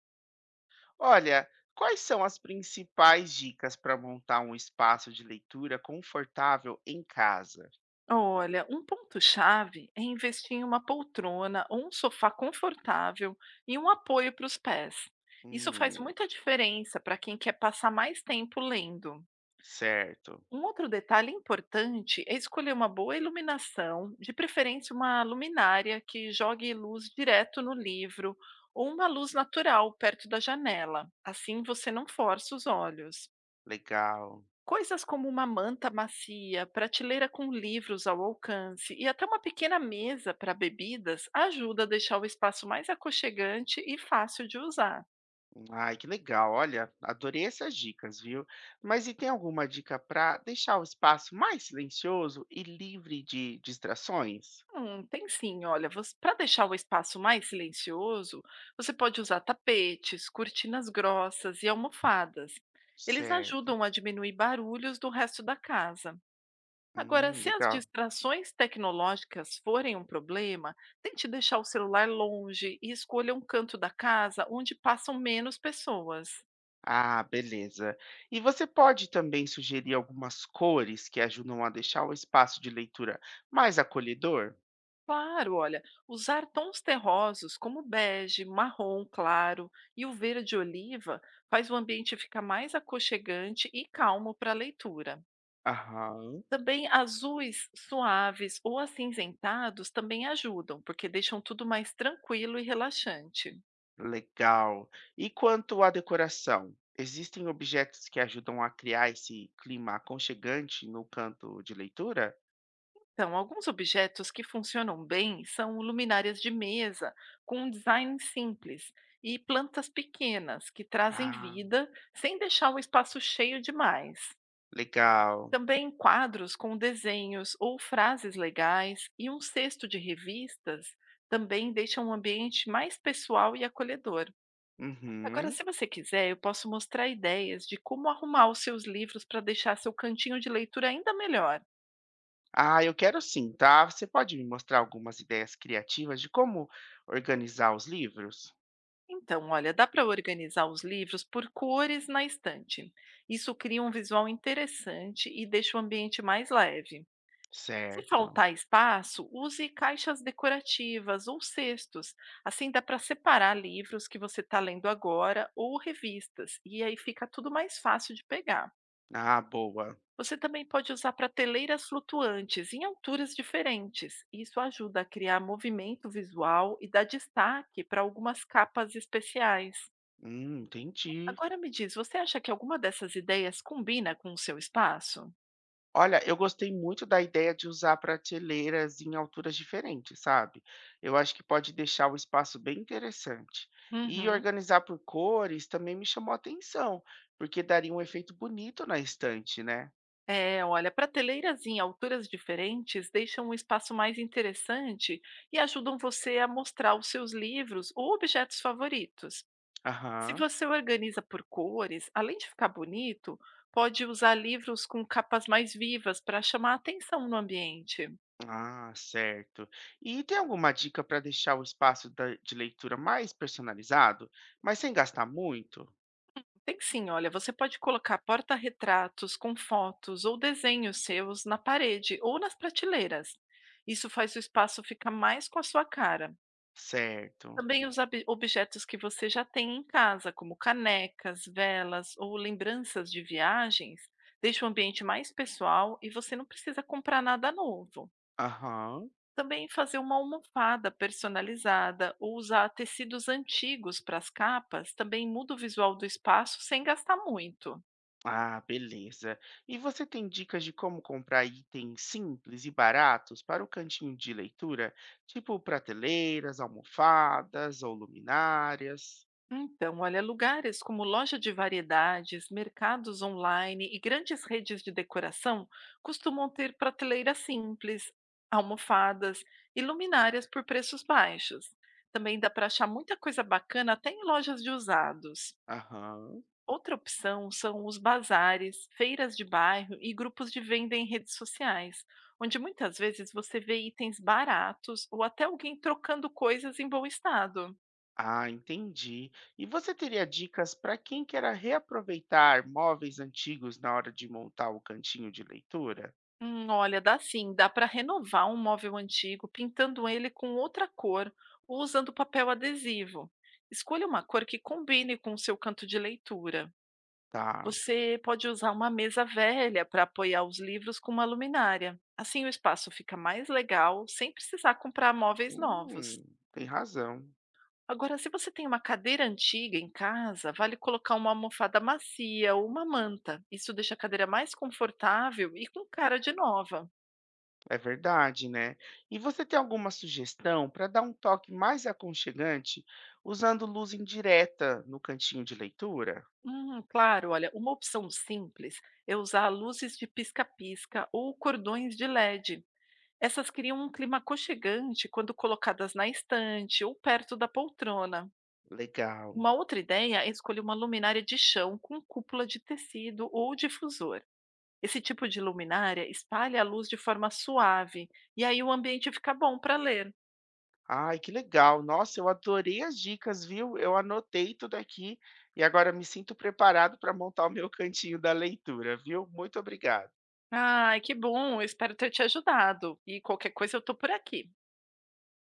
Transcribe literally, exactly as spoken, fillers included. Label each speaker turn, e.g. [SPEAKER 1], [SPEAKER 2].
[SPEAKER 1] Olha, quais são as principais dicas para montar um espaço de leitura confortável em casa?
[SPEAKER 2] Olha, um ponto-chave é investir em uma poltrona ou um sofá confortável e um apoio para os pés. Isso faz
[SPEAKER 1] Hum,
[SPEAKER 2] muita diferença para quem quer passar mais tempo lendo.
[SPEAKER 1] certo,
[SPEAKER 2] Um outro detalhe importante é escolher uma boa iluminação, de preferência uma luminária que jogue luz direto no livro ou uma luz natural perto da janela. Assim você não força os olhos.
[SPEAKER 1] legal.
[SPEAKER 2] Coisas como uma manta macia, prateleira com livros ao alcance e até uma pequena mesa para bebidas ajuda a deixar o espaço mais aconchegante e fácil de usar.
[SPEAKER 1] Ai, que legal. Olha, adorei essas dicas, viu? Mas e tem alguma dica para deixar o espaço mais silencioso e livre de distrações?
[SPEAKER 2] Hum, tem sim, olha, para deixar o espaço mais silencioso, você pode usar tapetes, cortinas grossas e almofadas. Eles
[SPEAKER 1] Certo.
[SPEAKER 2] ajudam a diminuir barulhos do resto da casa. Agora,
[SPEAKER 1] Hum,
[SPEAKER 2] se as
[SPEAKER 1] legal.
[SPEAKER 2] distrações tecnológicas forem um problema, tente deixar o celular longe e escolha um canto da casa onde passam menos pessoas.
[SPEAKER 1] Ah, beleza. E você pode também sugerir algumas cores que ajudam a deixar o espaço de leitura mais acolhedor?
[SPEAKER 2] Claro, olha, usar tons terrosos como bege, marrom claro e o verde oliva faz o ambiente ficar mais aconchegante e calmo para a leitura.
[SPEAKER 1] Aham,
[SPEAKER 2] Também azuis suaves ou acinzentados também ajudam, porque deixam tudo mais tranquilo e relaxante.
[SPEAKER 1] legal. E quanto à decoração? Existem objetos que ajudam a criar esse clima aconchegante no canto de leitura?
[SPEAKER 2] Então, alguns objetos que funcionam bem são luminárias de mesa, com um design simples, e plantas pequenas, que trazem
[SPEAKER 1] Ah,
[SPEAKER 2] vida sem deixar o espaço cheio demais.
[SPEAKER 1] legal.
[SPEAKER 2] Também quadros com desenhos ou frases legais e um cesto de revistas também deixam um ambiente mais pessoal e acolhedor. Agora,
[SPEAKER 1] Uhum.
[SPEAKER 2] se você quiser, eu posso mostrar ideias de como arrumar os seus livros para deixar seu cantinho de leitura ainda melhor.
[SPEAKER 1] Ah, eu quero sim, tá? Você pode me mostrar algumas ideias criativas de como organizar os livros?
[SPEAKER 2] Então, olha, dá para organizar os livros por cores na estante. Isso cria um visual interessante e deixa o ambiente mais leve. Se
[SPEAKER 1] Certo.
[SPEAKER 2] faltar espaço, use caixas decorativas ou cestos. Assim dá para separar livros que você está lendo agora ou revistas, e aí fica tudo mais fácil de pegar.
[SPEAKER 1] Ah, boa.
[SPEAKER 2] Você também pode usar prateleiras flutuantes em alturas diferentes. Isso ajuda a criar movimento visual e dá destaque para algumas capas especiais.
[SPEAKER 1] Hum, entendi.
[SPEAKER 2] Agora me diz, você acha que alguma dessas ideias combina com o seu espaço?
[SPEAKER 1] Olha, eu gostei muito da ideia de usar prateleiras em alturas diferentes, sabe? Eu acho que pode deixar o espaço bem interessante. E
[SPEAKER 2] Uhum.
[SPEAKER 1] organizar por cores também me chamou a atenção, porque daria um efeito bonito na estante, né?
[SPEAKER 2] É, olha, prateleiras em alturas diferentes deixam um espaço mais interessante e ajudam você a mostrar os seus livros ou objetos favoritos. Se
[SPEAKER 1] Aham.
[SPEAKER 2] você organiza por cores, além de ficar bonito, pode usar livros com capas mais vivas para chamar a atenção no ambiente.
[SPEAKER 1] Ah, certo. E tem alguma dica para deixar o espaço da- de leitura mais personalizado, mas sem gastar muito?
[SPEAKER 2] Tem sim, olha, você pode colocar porta-retratos com fotos ou desenhos seus na parede ou nas prateleiras. Isso faz o espaço ficar mais com a sua cara.
[SPEAKER 1] Certo.
[SPEAKER 2] Também os abi- objetos que você já tem em casa, como canecas, velas ou lembranças de viagens, deixa o ambiente mais pessoal e você não precisa comprar nada novo.
[SPEAKER 1] Aham.
[SPEAKER 2] Também fazer uma almofada personalizada ou usar tecidos antigos para as capas também muda o visual do espaço sem gastar muito.
[SPEAKER 1] Ah, beleza. E você tem dicas de como comprar itens simples e baratos para o cantinho de leitura, tipo prateleiras, almofadas ou luminárias?
[SPEAKER 2] Então, olha, lugares como loja de variedades, mercados online e grandes redes de decoração costumam ter prateleiras simples, almofadas e luminárias por preços baixos. Também dá para achar muita coisa bacana até em lojas de usados.
[SPEAKER 1] Aham.
[SPEAKER 2] Outra opção são os bazares, feiras de bairro e grupos de venda em redes sociais, onde muitas vezes você vê itens baratos ou até alguém trocando coisas em bom estado.
[SPEAKER 1] Ah, entendi. E você teria dicas para quem quer reaproveitar móveis antigos na hora de montar o cantinho de leitura?
[SPEAKER 2] Hum, olha, dá sim, dá para renovar um móvel antigo pintando ele com outra cor ou usando papel adesivo. Escolha uma cor que combine com o seu canto de leitura.
[SPEAKER 1] Tá.
[SPEAKER 2] Você pode usar uma mesa velha para apoiar os livros com uma luminária. Assim o espaço fica mais legal, sem precisar comprar móveis novos.
[SPEAKER 1] Hum, tem razão.
[SPEAKER 2] Agora, se você tem uma cadeira antiga em casa, vale colocar uma almofada macia ou uma manta. Isso deixa a cadeira mais confortável e com cara de nova.
[SPEAKER 1] É verdade, né? E você tem alguma sugestão para dar um toque mais aconchegante usando luz indireta no cantinho de leitura?
[SPEAKER 2] Hum, claro, olha, uma opção simples é usar luzes de pisca-pisca ou cordões de L E D. Essas criam um clima aconchegante quando colocadas na estante ou perto da poltrona.
[SPEAKER 1] Legal.
[SPEAKER 2] Uma outra ideia é escolher uma luminária de chão com cúpula de tecido ou difusor. Esse tipo de luminária espalha a luz de forma suave e aí o ambiente fica bom para ler.
[SPEAKER 1] Ai, que legal. Nossa, eu adorei as dicas, viu? Eu anotei tudo aqui e agora me sinto preparado para montar o meu cantinho da leitura, viu? Muito obrigado.
[SPEAKER 2] Ai, que bom, eu espero ter te ajudado. E qualquer coisa eu tô por aqui.